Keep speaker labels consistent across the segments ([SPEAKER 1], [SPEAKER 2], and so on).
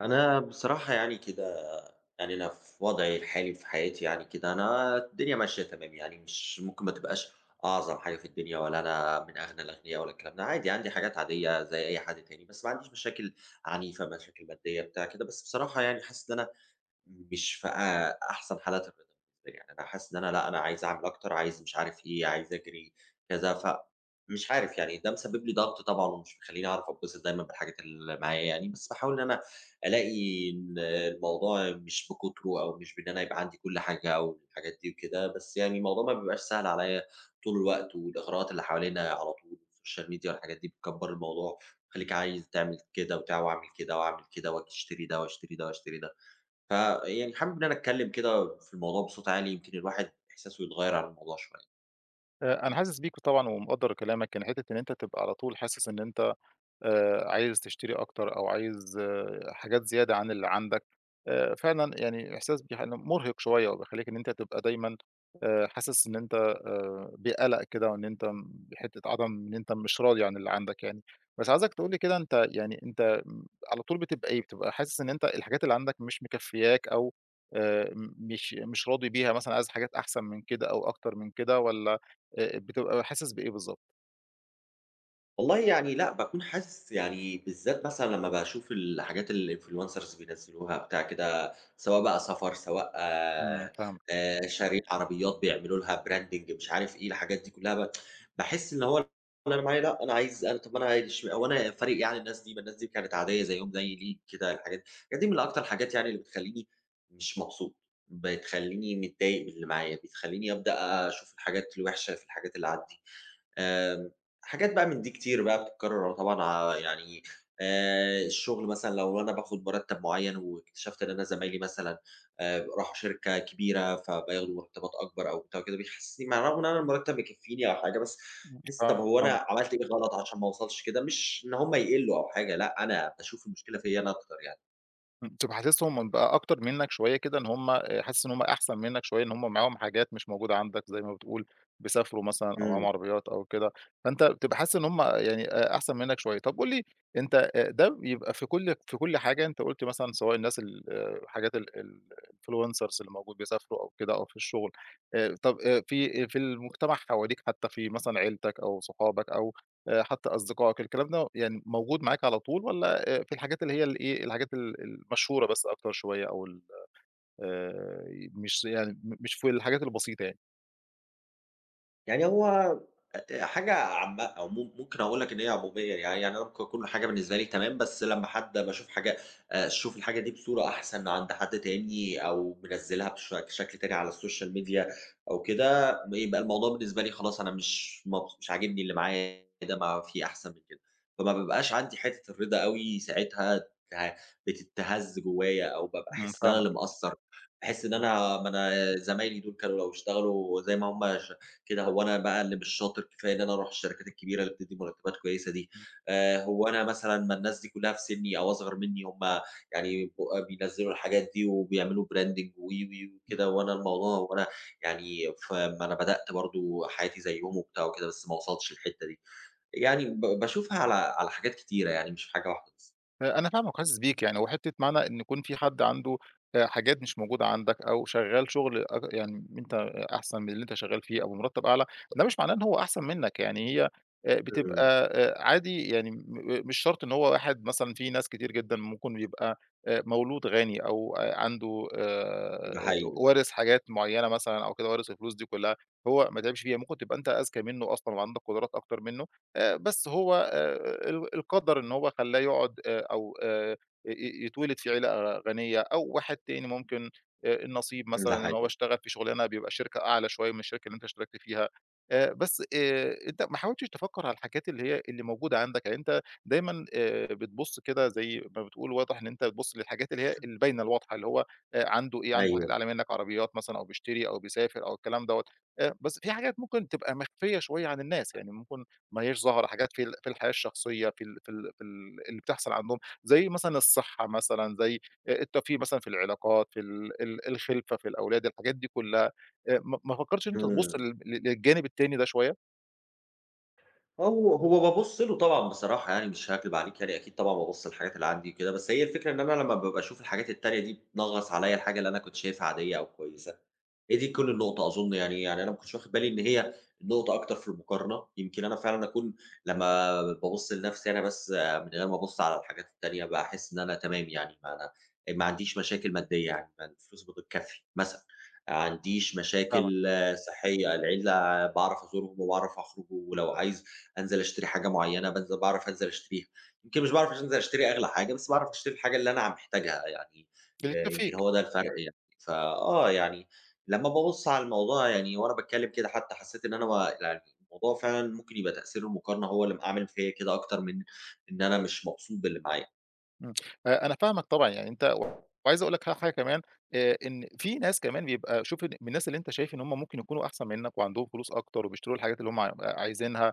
[SPEAKER 1] أنا بصراحة يعني كده. يعني أنا في وضعي الحالي في حياتي يعني كده أنا الدنيا ماشية تمام، يعني مش ممكن ما تبقاش أعظم حاجة في الدنيا، ولا أنا من أغنى الأغنياء ولا الكلام ده، عادي عندي حاجات عادية زي أي حد تاني، بس ما عنديش مشاكل عنيفة، مشاكل مادية بتاع كده. بس بصراحة يعني حاسس إن أنا مش في أحسن حالات الرضا بالنسبة لي، يعني أنا حاسس إن أنا لأ، أنا عايز أعمل أكتر، عايز مش عارف إيه، عايز أجري كذا، فمش عارف. يعني ده مسبب لي ضغط طبعًا، ومش مخلّيني أعرف أتبسط دايمًا بالحاجات اللي معايا يعني، بس باحاول إن أنا ألاقي إن الموضوع مش بكُتره، أو مش بإن أنا يبقى عندي كل حاجة أو الحاجات دي وكده، بس يعني الموضوع ما بيبقاش سهل عليّا طول الوقت. والإغراءات اللي حوالينا على طول، السوشيال ميديا والحاجات دي بتكبّر الموضوع، تخلّيك عايز تعمل كده، وأعمل كده وأعمل كده، وآجي أشتري ده وأشتري ده وأشتري ده. فيعني حابب إن أنا أتكلم كده في الموضوع بصوت عالي، يمكن الواحد إحساسه يتغيّر على الموضوع شوية.
[SPEAKER 2] أنا حاسس بيك طبعًا ومقدّر كلامك، يعني حتّة إن أنت تبقى على طول حاسس إن أنت عايز تشتري أكتر أو عايز حاجات زيادة عن اللي عندك. فعلًا يعني إحساس مُرهق شوية وبيخلّيك إن أنت تبقى دايمًا حاسس إن أنت بقلق كده وإن أنت بحتّة عدم إن أنت مش راضي عن اللي عندك يعني. بس عايزك تقول لي كده أنت يعني أنت على طول بتبقى إيه، بتبقى حاسس إن أنت الحاجات اللي عندك مش مكفّياك أو م مش مش راضي بيها مثلًا عايز حاجات أحسن من كده أو أكتر من كده والّا بتبقى حاسس بإيه بالضبط؟
[SPEAKER 1] والله يعني لأ، باكون حاسس يعني بالذات مثلًا لمّا باشوف الحاجات اللي الinfluencers بينزّلوها بتاع كده، سواء بقى سفر، سواء
[SPEAKER 2] إمم، فاهمك،
[SPEAKER 1] آآ شاريين عربيات بيعملوا لها branding، مش عارف إيه، الحاجات دي كلّها باحس إن هو اللي أنا معايا لأ، أنا عايز أنا، طَب ما أنا هو أنا فارق يعني الناس دي؟ ما الناس دي كانت عادية زيّهم زيّي، ليه كده الحاجات دي؟ الحاجات دي من أكتر الحاجات يعني اللي بتخلّيني مش مبسوط، بتخلّيني متضايق من اللي معايا، بتخلّيني أبدأ أشوف الحاجات الوحشة في الحاجات اللي عندي. آمم، حاجات بقى من دي كتير بقى بتتكرر طبعًا يعني، الشغل مثلًا لو أنا باخد مرتب معين واكتشفت إن أنا زمايلي مثلًا راحوا شركة كبيرة فبياخدوا مرتبات أكبر أو بتاع كده، بيحسسني مع الرغم إن أنا المرتب بيكفيني أو حاجة، بس باحس طب هو أنا
[SPEAKER 2] فاهمك.
[SPEAKER 1] عملت إيه غلط عشان ما اوصلش كده؟ مش إن هم يقلّوا أو حاجة، لأ، أنا باشوف المشكلة فيّا أنا أكتر يعني.
[SPEAKER 2] إمم، تبقى حاسسهم من بقى أكتر منّك شوية كده إن هم حاسس إن هم أحسن منّك شوية، إن هم معاهم حاجات مش موجودة عندك زي ما بتقول، بيسافروا مثلًا أو معاهم
[SPEAKER 1] إمم.
[SPEAKER 2] عربيات أو كده، فأنت بتبقى حاسس إن هم يعني أحسن منّك شوية. طب قُل لي أنت ده بيبقى في كل حاجة أنت قُلت مثلًا سواء الناس ال حاجات ال ال الinfluencers اللي موجود بيسافروا أو كده أو في الشغل، طب في في المجتمع حواليك حتى في مثلًا عيلتك أو صحابك أو حتى أصدقائك، الكلام ده يعني موجود معاك على طول والّا في الحاجات اللي هي الإيه، الحاجات ال المشهورة بس أكتر شوية أو ال مش يعني م مش في الحاجات البسيطة يعني.
[SPEAKER 1] يعني هو حاجة عامة، أو ممكن أقول لك إن هي عمومية يعني. يعني أنا ممكن كل حاجة بالنسبة لي تمام، بس لمّا حد باشوف حاجة، أشوف الحاجة دي بصورة أحسن عند حد تاني، أو منزّلها بشكل تاني على السوشيال ميديا أو كده، بيبقى الموضوع بالنسبة لي خلاص، أنا مش عاجبني اللي معايا ده، ما في أحسن من كده، فما بابقاش عندي حتة الرضا أوي ساعتها. بتتهز جوايا، أو بابقى
[SPEAKER 2] إمم،
[SPEAKER 1] أحس إن أنا اللي
[SPEAKER 2] فاهمك.
[SPEAKER 1] مقصّر. باحس إن
[SPEAKER 2] إمم،
[SPEAKER 1] أنا، ما أنا زمايلي دول كانوا لو اشتغلوا زي ما هم كده، هو أنا بقى اللي مش شاطر كفاية إن أنا أروح الشركات الكبيرة اللي بتدّي مرتبات كويسة دي،
[SPEAKER 2] إمم،
[SPEAKER 1] هو أنا مثلًا، ما الناس دي كلّها في سنّي أو أصغر منّي، هم يعني بينزّلوا الحاجات دي وبيعملوا branding، و، و،
[SPEAKER 2] إمم.
[SPEAKER 1] وكده، وأنا الموضوع وأنا يعني، فما أنا بدأت برضه حياتي زيّهم وبتاع وكده، بس ما وصلتش للحتّة دي، يعني باشوفها على على حاجات كتيرة يعني، مش في حاجة واحدة بس.
[SPEAKER 2] أنا فاهمك وحاسس بيك يعني، وحتّة معنى إن يكون في حد عنده حاجات مش موجودة عندك أو شغّال شغل أك يعني أنت أحسن من اللي أنت شغّال فيه أو بمرتّب أعلى، ده مش معناه إن هو أحسن منّك، يعني هي بتبقى
[SPEAKER 1] إمم.
[SPEAKER 2] عادي يعني م آه، مش شرط إن هو واحد مثلًا في ناس كتير جدًا ممكن يبقى مولود غني أو عنده
[SPEAKER 1] ده حقيقي.
[SPEAKER 2] وارث حاجات معيّنة مثلًا أو كده وارث الفلوس دي كلّها، هو ما تعبش فيها، ممكن تبقى أنت أذكى منّه أصلًا وعندك قدرات أكتر منّه. بس هو ال القدر إن هو خلّاه يقعد أو ي ي يتولد في عيلة غنية أو واحد تاني ممكن النصيب مثلًا
[SPEAKER 1] ده
[SPEAKER 2] إن هو
[SPEAKER 1] حقيقي.
[SPEAKER 2] اشتغل في شغلانة بيبقى شركة أعلى شوية من الشركة اللي أنت اشتركت فيها. بس أنت ما حاولتش تفكّر على الحاجات اللي هي اللي موجودة عندك، يعني أنت دايمًا بتبُص كده زي ما بتقول واضح إن أنت بتبُص للحاجات اللي هي الباينة الواضحة، اللي هو عنده إيه، عنده حاجات
[SPEAKER 1] أيوه.
[SPEAKER 2] أعلى منّك، عربيات مثلًا أو بيشتري أو بيسافر أو الكلام دوّة. بس في حاجات ممكن تبقى مخفية شوية عن الناس، يعني ممكن ما هياش ظاهرة، حاجات في الحياة الشخصية، في ال في ال في ال اللي بتحصل عندهم، زي مثلًا الصحة مثلًا، زي الترفيه مثلًا في العلاقات، في ال ال الخِلفة في الأولاد، الحاجات دي كلّها، ما فكّرتش إن أنت تبُص
[SPEAKER 1] إمم.
[SPEAKER 2] لل ل للجانب التاني ده شوية؟
[SPEAKER 1] آه، هو هو بابُص له طبعًا، بصراحة يعني مش هاكدب عليكِ، يعني أكيد طبعًا بابُص للحاجات اللي عندي وكده، بس هي الفكرة إن أنا لمّا بابقى أشوف الحاجات التانية دي بتنغّص عليّا الحاجة اللي أنا كنت شايفها عادية أو كويسة. هي دي كل النقطة أظُن يعني. يعني أنا ما كنتش واخد بالي إن هي النقطة أكتر في المقارنة، يمكن أنا فعلًا أكون لمّا بابُص لنَفْسي أنا بس آه، من غير ما أبُص على الحاجات التانية، باحس إن أنا تمام يعني. ما أنا ما عنديش مشاكل مادية يعني، ما الفلوس بتكفّي مثلًا، ما عنديش
[SPEAKER 2] فاهمك،
[SPEAKER 1] مشاكل آه، صحية، العيلة باعرف أزورهم، وباعرف أخرج، ولو عايز أنزل أشتري حاجة معيّنة، بانزل باعرف أنزل أشتريها، يمكن مش باعرف أنزل أشتري أغلى حاجة، بس باعرف أشتري الحاجة اللي أنا عم محتاجها يعني.
[SPEAKER 2] اللي تكفّيك،
[SPEAKER 1] يمكن هو ده الفرق أيوه. يعني، فآه يعني لمّا بابُص على الموضوع، يعني وأنا باتكلّم كده حتى، حسّيت إن أنا، ما يعني الموضوع فعلًا ممكن يبقى تأثير المقارنة هو اللي عامل فيّا كده، أكتر من إن أنا مش مبسوط باللي معايا.
[SPEAKER 2] إمم، أنا فاهمك طبعًا، يعني أنت وعايز أقول لك حاجة كمان، إن في ناس كمان بيبقى شوف إن من الناس اللي أنت شايف إن هُم ممكن يكونوا أحسن منّك وعندهم فلوس أكتر وبيشتروا الحاجات اللي هُم عايزينها.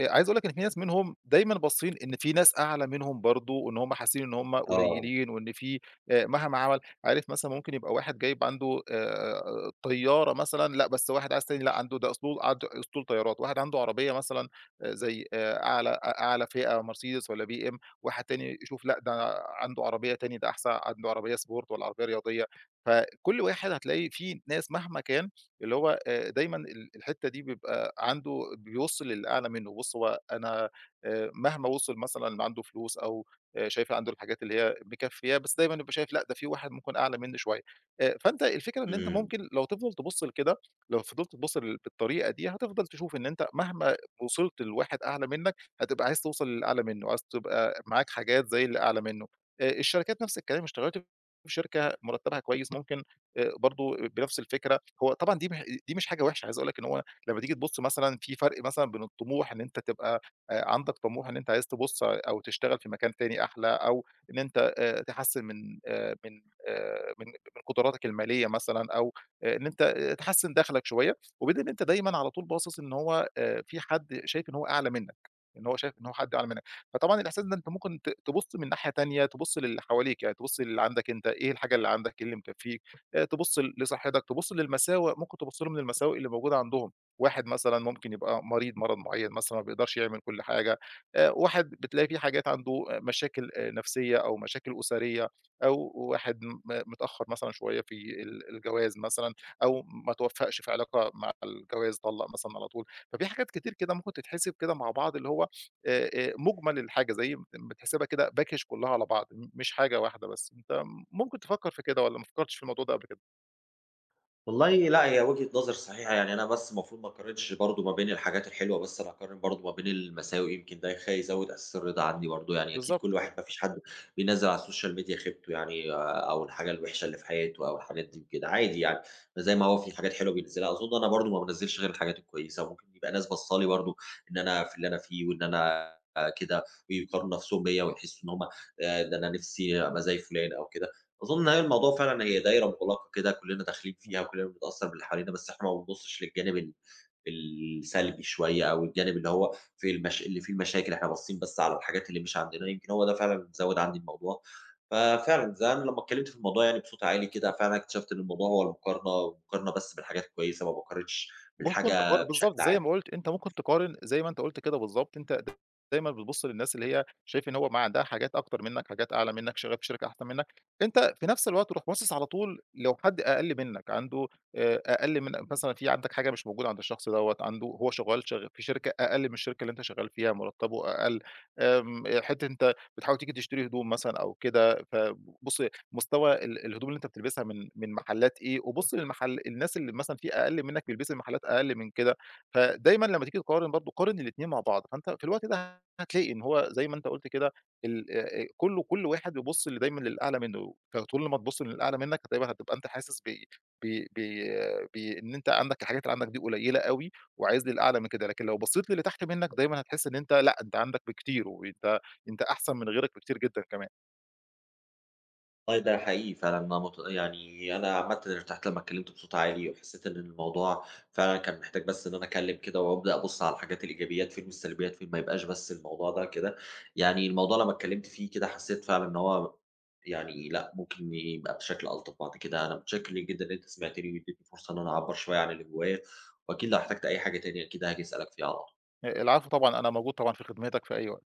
[SPEAKER 2] عايز اقول لك إن في ناس منهم دايمًا باصين إن في ناس أعلى منهم برضه، وإن هم حاسين إن هم
[SPEAKER 1] آه.
[SPEAKER 2] قليلين وإن في مهما عمل عارف مثلًا ممكن يبقى واحد جايب عنده طيارة مثلًا، لأ بس واحد عايز تاني لأ عنده ده أسطول عنده أسطول طيارات، واحد عنده عربية مثلًا زي أعلى أ أعلى فئة مرسيدس والّا BMW، واحد تاني يشوف لأ ده عنده عربية تاني ده أحسن عنده عربية sport والّا عربية رياضية، فكل واحد هتلاقي في ناس مهما كان اللي هو دايمًا الحتّة دي بيبقى عنده بيوصّل للي أعلى منّه، بُص هو أنا مهما وصل مثلًا اللي عنده فلوس أو شايف عنده الحاجات اللي هي مكفّياه، بس دايمًا يبقى شايف لأ ده في واحد ممكن أعلى منّي شوية، فأنت الفكرة إن أنت
[SPEAKER 1] إمم.
[SPEAKER 2] ممكن لو تفضل تبُص لكده، لو فضلت تبُص بالطريقة دي هتفضل تشوف إن أنت مهما وصلت لواحد أعلى منّك، عايز توصل للي أعلى منّه، عايز تبقى معاك حاجات زي اللي أعلى منّه، الشركات نفس الكلام، اشتغلت في شركة مرتّبها كويس ممكن برضه بنفس الفكرة. هو طبعًا دي مش حاجة وحشة، عايز أقول لك إن هو لمّا تيجي تبُص مثلًا في فرق مثلًا بين الطموح إن أنت تبقى عندك طموح إن أنت عايز تبُص أو تشتغل في مكان تاني أحلى، أو إن أنت تحسّن من آآ من آآ من من قدراتك المالية مثلًا، أو إن أنت آه، تحسّن دخلك شوية، وبين إن أنت دايمًا على طول باصص إن هو في حد شايف إن هو أعلى منّك، إن هو شايف إن هو حد أعلى منّك، فطبعًا الإحساس ده أنت ممكن تبُص من ناحية تانية، تبُص للي حواليك يعني، تبُص للي عندك أنت، إيه الحاجة اللي عندك، إيه اللي مكفّيك. تبُص ل لصحتك، تبُص للمساوئ، ممكن تبُص لهم للمساوئ اللي موجودة عندهم، واحد مثلًا ممكن يبقى مريض مرض معيّن مثلًا ما بيقدرش يعمل كل حاجة، واحد بتلاقي في حاجات عنده آه، مشاكل نفسية أو مشاكل أسرية، أو واحد متأخّر مثلًا شوية في الجواز مثلًا، أو ما توفّقش في علاقة مع الجواز، طلّق مثلًا على طول، ففي حاجات كتير كده ممكن تتحسب كده مع بعض اللي هو مُجمل الحاجة زي ما بتحسبها كده package كلّها على بعض، مش حاجة واحدة بس، أنت ممكن تفكّر في كده والّا ما فكّرتش في الموضوع ده قبل كده؟
[SPEAKER 1] والله لأ، هي وجهة نظر صحيحة، يعني أنا بس المفروض ما أقارنش برضه ما بين الحاجات الحلوة بس، أنا هاقارن برضه ما بين المساوئ، يمكن ده يزود إحساس الرضا عندي برضه، يعني أكيد كل
[SPEAKER 2] بالضبط،
[SPEAKER 1] واحد، ما فيش حد بينزّل على السوشيال ميديا خيبته يعني آه، أو الحاجة الوحشة اللي في حياته، أو الحاجات دي وكده، عادي يعني. زي ما هو في حاجات حلوة بينزّلها، أظن أنا برضه ما بانزّلش غير الحاجات الكويسة، وممكن يبقى ناس باصة لي برضه إن أنا في اللي أنا فيه، وإن أنا آه، كده، ويقارنوا نَفْسهم بيّا، ويحسّوا إن هم ده أنا نِفْسي أبقى زي فُلان أو كده. أظن أيوه، الموضوع فعلًا هي دايرة مُغلقة كده، كُلّنا داخلين فيها وكُلّنا بنتأثّر باللي حوالينا، بس إحنا ما بنبُصّش للجانب السلبي شوية، أو الجانب اللي هو في اللي فيه المشاكل، إحنا باصين بس على الحاجات اللي مش عندنا، يمكن هو ده فعلًا اللي مزوّد عندي الموضوع. ففعلًا زي أنا لمّا اتكلّمت في الموضوع يعني بصوت عالي كده، فعلًا اكتشفت إن الموضوع هو المقارنة، والمقارنة بس بالحاجات الكويسة، ما باقارنش
[SPEAKER 2] ممكن
[SPEAKER 1] بالحاجة
[SPEAKER 2] تقارن بالضبط،
[SPEAKER 1] بشكل
[SPEAKER 2] زي
[SPEAKER 1] عام.
[SPEAKER 2] ما قُلت أنت ممكن تقارن زي ما أنت قُلت كده بالضبط، أنت دايمًا بتبُص للناس اللي هي شايف إن هو ما عندها حاجات أكتر منك، حاجات أعلى منك، شغّال في شركة أحسن منك، أنت في نفس الوقت تروح باصص على طول لو حد أقل منك عنده أقل من مثلًا في عندك حاجة مش موجودة عند الشخص دوّة، عنده هو شغّال في شركة أقل من الشركة اللي أنت شغّال فيها، مرتبه أقل، آمم، حتّة أنت بتحاول تيجي تشتري هدوم مثلًا أو كده، فبُص مستوى الهدوم اللي أنت بتلبسها من محلات إيه، وبُص للمحل الناس اللي مثلًا في أقل منك بيلبسوا محلات أقل من كده، فدايمًا لمّا تيجي تقارن برضه قارن الاتنين مع بعض، فأنت في الوقت ده هتلاقي إن هو زي ما أنت قُلت كده ال كله كل واحد بيبُص دايمًا للأعلى منه، فطول ما تبُص للأعلى منك هتبقى أنت حاسس ب ب ب آه، بإن أنت عندك الحاجات اللي عندك دي قليلة أوي وعايز للأعلى من كده، لكن لو بصيت للي تحت منك دايمًا هتحس إن أنت لأ، أنت عندك بكتير وأنت أحسن من غيرك بكتير جدًا كمان.
[SPEAKER 1] والله ده حقيقي فعلًا. أنا يعني أنا عامةً ارتحت لمّا اتكلمت بصوت عالي، وحسيت إن الموضوع فعلًا كان محتاج بس إن أنا أتكلم كده، وأبدأ أبُص على الحاجات، الإيجابيات فين والسلبيات فين، ما يبقاش بس الموضوع ده كده. يعني الموضوع لمّا اتكلمت فيه كده حسيت فعلًا إن هو يعني لأ، ممكن يبقى بشكل ألطف بعد كده. أنا متشكر ليك جدًا إن أنت سمعتني، واديتني فرصة إن أنا أعبّر شوية عن اللي جوايا، وأكيد لو احتجت أي حاجة تاني أكيد هاجي أسألك فيها على طول.
[SPEAKER 2] العفو طبعًا، أنا موجود طبعًا في خدمتك في أي وقت.